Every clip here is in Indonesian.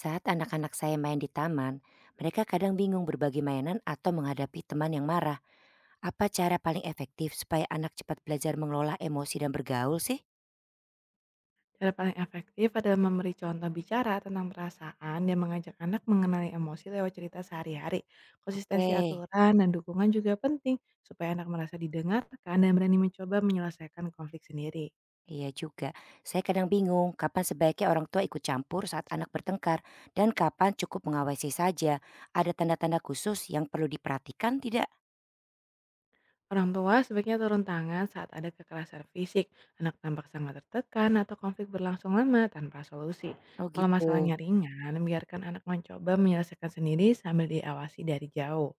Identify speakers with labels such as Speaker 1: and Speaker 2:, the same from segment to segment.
Speaker 1: Saat anak-anak saya main di taman, mereka kadang bingung berbagi mainan atau menghadapi teman yang marah. Apa cara paling efektif supaya anak cepat belajar mengelola emosi dan bergaul sih?
Speaker 2: Cara paling efektif adalah memberi contoh bicara tentang perasaan dan mengajak anak mengenali emosi lewat cerita sehari-hari.
Speaker 1: Oke,
Speaker 2: Konsistensi aturan dan dukungan juga penting supaya anak merasa didengarkan dan berani mencoba menyelesaikan konflik sendiri.
Speaker 1: iya juga. Saya kadang bingung kapan sebaiknya orang tua ikut campur saat anak bertengkar dan kapan cukup mengawasi saja. Ada tanda-tanda khusus yang perlu diperhatikan tidak?
Speaker 2: Orang tua sebaiknya turun tangan saat ada kekerasan fisik, anak tampak sangat tertekan atau konflik berlangsung lama tanpa solusi.
Speaker 1: Oh
Speaker 2: Kalau
Speaker 1: gitu.
Speaker 2: masalahnya ringan, biarkan anak mencoba menyelesaikan sendiri sambil diawasi dari jauh.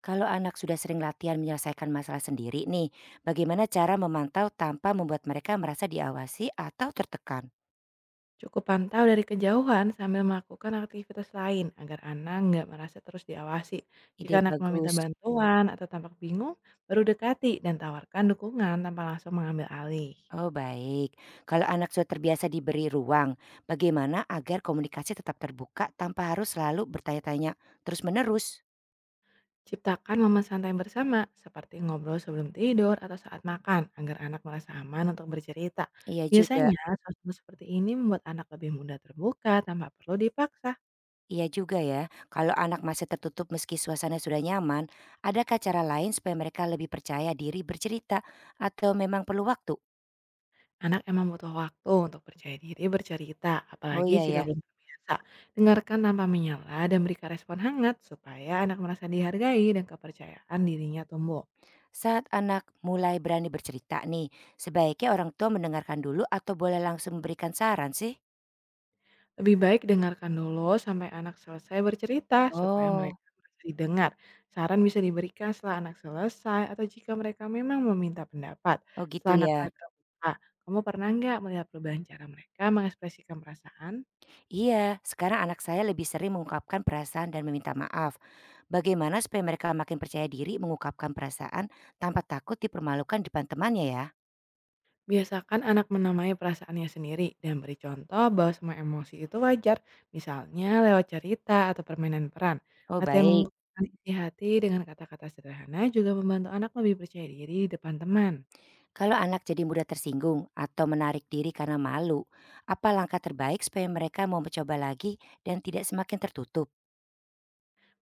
Speaker 1: Kalau anak sudah sering latihan menyelesaikan masalah sendiri nih, bagaimana cara memantau tanpa membuat mereka merasa diawasi atau tertekan?
Speaker 2: Cukup pantau dari kejauhan sambil melakukan aktivitas lain agar anak nggak merasa terus diawasi. Jika
Speaker 1: Ide
Speaker 2: anak meminta
Speaker 1: bagus.
Speaker 2: bantuan atau tampak bingung, baru dekati dan tawarkan dukungan tanpa langsung mengambil alih.
Speaker 1: Oh, baik. Kalau anak sudah terbiasa diberi ruang, bagaimana agar komunikasi tetap terbuka tanpa harus selalu bertanya-tanya terus-menerus?
Speaker 2: Ciptakan momen santai bersama, seperti ngobrol sebelum tidur atau saat makan, agar anak merasa aman untuk bercerita.
Speaker 1: Iya juga.
Speaker 2: Biasanya, suasana seperti ini membuat anak lebih mudah terbuka tanpa perlu dipaksa.
Speaker 1: Iya juga ya. Kalau anak masih tertutup meski suasana sudah nyaman, adakah cara lain supaya mereka lebih percaya diri bercerita atau memang perlu waktu?
Speaker 2: Anak emang butuh waktu untuk percaya diri bercerita,
Speaker 1: Oh
Speaker 2: apalagi
Speaker 1: iya
Speaker 2: jika
Speaker 1: ya.
Speaker 2: belum terbiasa. Dengarkan tanpa menyela dan berikan respon hangat supaya anak merasa dihargai dan kepercayaan dirinya tumbuh.
Speaker 1: Saat anak mulai berani bercerita nih, sebaiknya orang tua mendengarkan dulu atau boleh langsung memberikan saran sih?
Speaker 2: Lebih baik dengarkan dulu sampai anak selesai bercerita supaya
Speaker 1: Oh,
Speaker 2: mereka merasa didengar. Saran bisa diberikan setelah anak selesai atau jika mereka memang meminta pendapat.
Speaker 1: oh gitu
Speaker 2: Setelah anak mulai
Speaker 1: ya.
Speaker 2: terbuka, kamu pernah nggak melihat perubahan cara mereka mengekspresikan perasaan?
Speaker 1: Iya, sekarang anak saya lebih sering mengungkapkan perasaan dan meminta maaf. Bagaimana supaya mereka makin percaya diri mengungkapkan perasaan tanpa takut dipermalukan di depan temannya ya?
Speaker 2: Biasakan anak menamai perasaannya sendiri dan beri contoh bahwa semua emosi itu wajar, misalnya lewat cerita atau permainan peran.
Speaker 1: Oh
Speaker 2: Latihan
Speaker 1: baik,
Speaker 2: mengungkapkan isi hati dengan kata-kata sederhana juga membantu anak lebih percaya diri di depan teman.
Speaker 1: kalau anak jadi mudah tersinggung atau menarik diri karena malu, apa langkah terbaik supaya mereka mau mencoba lagi dan tidak semakin tertutup?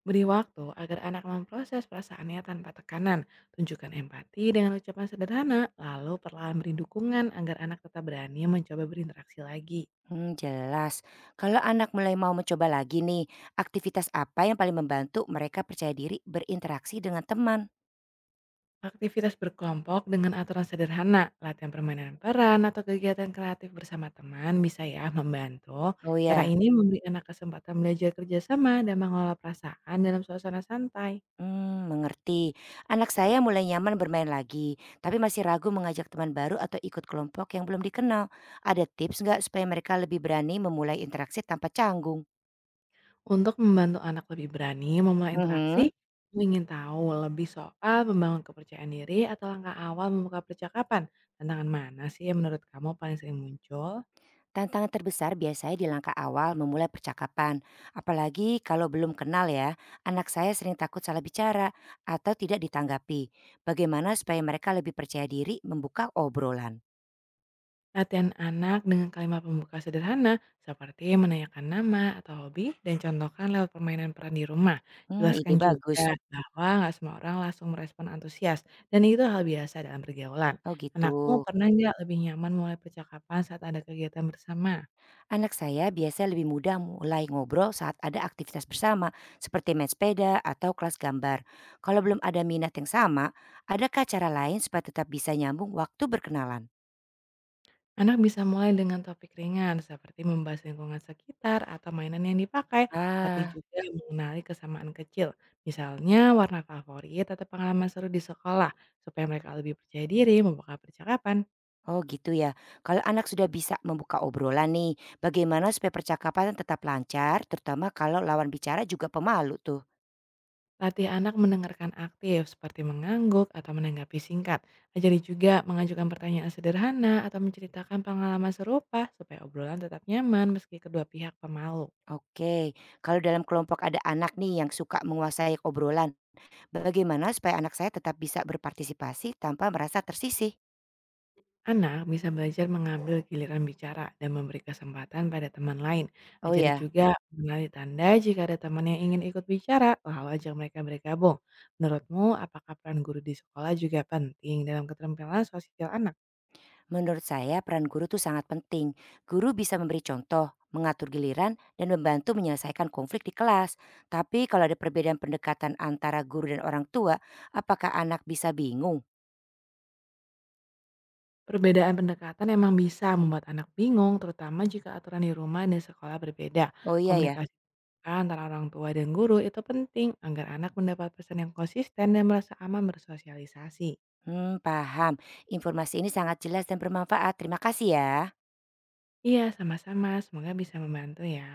Speaker 2: Beri waktu agar anak memproses perasaannya tanpa tekanan. Tunjukkan empati dengan ucapan sederhana, lalu perlahan beri dukungan agar anak tetap berani mencoba berinteraksi lagi.
Speaker 1: Hmm, jelas. Kalau anak mulai mau mencoba lagi nih, aktivitas apa yang paling membantu mereka percaya diri berinteraksi dengan teman?
Speaker 2: Aktivitas berkelompok dengan aturan sederhana, latihan permainan peran, atau kegiatan kreatif bersama teman bisa ya membantu.
Speaker 1: Oh
Speaker 2: Cara
Speaker 1: ya.
Speaker 2: ini memberi anak kesempatan belajar kerjasama dan mengelola perasaan dalam suasana santai.
Speaker 1: Mmm, mengerti. Anak saya mulai nyaman bermain lagi, tapi masih ragu mengajak teman baru atau ikut kelompok yang belum dikenal. Ada tips nggak supaya mereka lebih berani memulai interaksi tanpa canggung?
Speaker 2: Untuk membantu anak lebih berani memulai
Speaker 1: Mhm.
Speaker 2: interaksi, kamu ingin tahu lebih soal membangun kepercayaan diri atau langkah awal membuka percakapan. Tantangan mana sih yang menurut kamu paling sering muncul?
Speaker 1: Tantangan terbesar biasanya di langkah awal memulai percakapan. Apalagi kalau belum kenal ya, anak saya sering takut salah bicara atau tidak ditanggapi. Bagaimana supaya mereka lebih percaya diri membuka obrolan?
Speaker 2: Latihan anak dengan kalimat pembuka sederhana seperti menanyakan nama atau hobi dan contohkan lewat permainan peran di rumah.
Speaker 1: Hmm. Ide
Speaker 2: Jelaskan
Speaker 1: bagus.
Speaker 2: juga bahwa nggak semua orang langsung merespon antusias dan itu hal biasa dalam pergaulan.
Speaker 1: Oh gitu.
Speaker 2: Anakmu pernah nggak lebih nyaman mulai percakapan saat ada kegiatan bersama?
Speaker 1: Anak saya biasanya lebih mudah mulai ngobrol saat ada aktivitas bersama, seperti main sepeda atau kelas gambar. Kalau belum ada minat yang sama, adakah cara lain supaya tetap bisa nyambung waktu berkenalan?
Speaker 2: Anak bisa mulai dengan topik ringan seperti membahas lingkungan sekitar atau mainan yang dipakai. Latih
Speaker 1: Ah,
Speaker 2: juga mengenali kesamaan kecil, misalnya warna favorit atau pengalaman seru di sekolah, supaya mereka lebih percaya diri membuka percakapan.
Speaker 1: oh gitu ya. Kalau anak sudah bisa membuka obrolan nih, bagaimana supaya percakapan tetap lancar, terutama kalau lawan bicara juga pemalu tuh?
Speaker 2: Latih anak mendengarkan aktif seperti mengangguk atau menanggapi singkat. Ajari juga mengajukan pertanyaan sederhana atau menceritakan pengalaman serupa supaya obrolan tetap nyaman meski kedua pihak pemalu.
Speaker 1: Oke, kalau dalam kelompok ada anak nih yang suka menguasai obrolan, bagaimana supaya anak saya tetap bisa berpartisipasi tanpa merasa tersisih?
Speaker 2: Anak bisa belajar mengambil giliran bicara dan memberi kesempatan pada teman lain.
Speaker 1: Oh
Speaker 2: Ajari
Speaker 1: ya,
Speaker 2: juga, ya, mengenali tanda jika ada teman yang ingin ikut bicara, lalu ajak mereka bergabung. Menurutmu, apakah peran guru di sekolah juga penting dalam keterampilan sosial anak?
Speaker 1: menurut saya peran guru itu sangat penting. Guru bisa memberi contoh, mengatur giliran, dan membantu menyelesaikan konflik di kelas. Tapi kalau ada perbedaan pendekatan antara guru dan orang tua, apakah anak bisa bingung?
Speaker 2: Perbedaan pendekatan emang bisa membuat anak bingung, terutama jika aturan di rumah dan sekolah berbeda.
Speaker 1: Oh iya ya,
Speaker 2: Komunikasi antara orang tua dan guru itu penting agar anak mendapat pesan yang konsisten dan merasa aman bersosialisasi.
Speaker 1: hmm, paham. Informasi ini sangat jelas dan bermanfaat. Terima kasih ya.
Speaker 2: Iya, sama-sama. Semoga bisa membantu ya.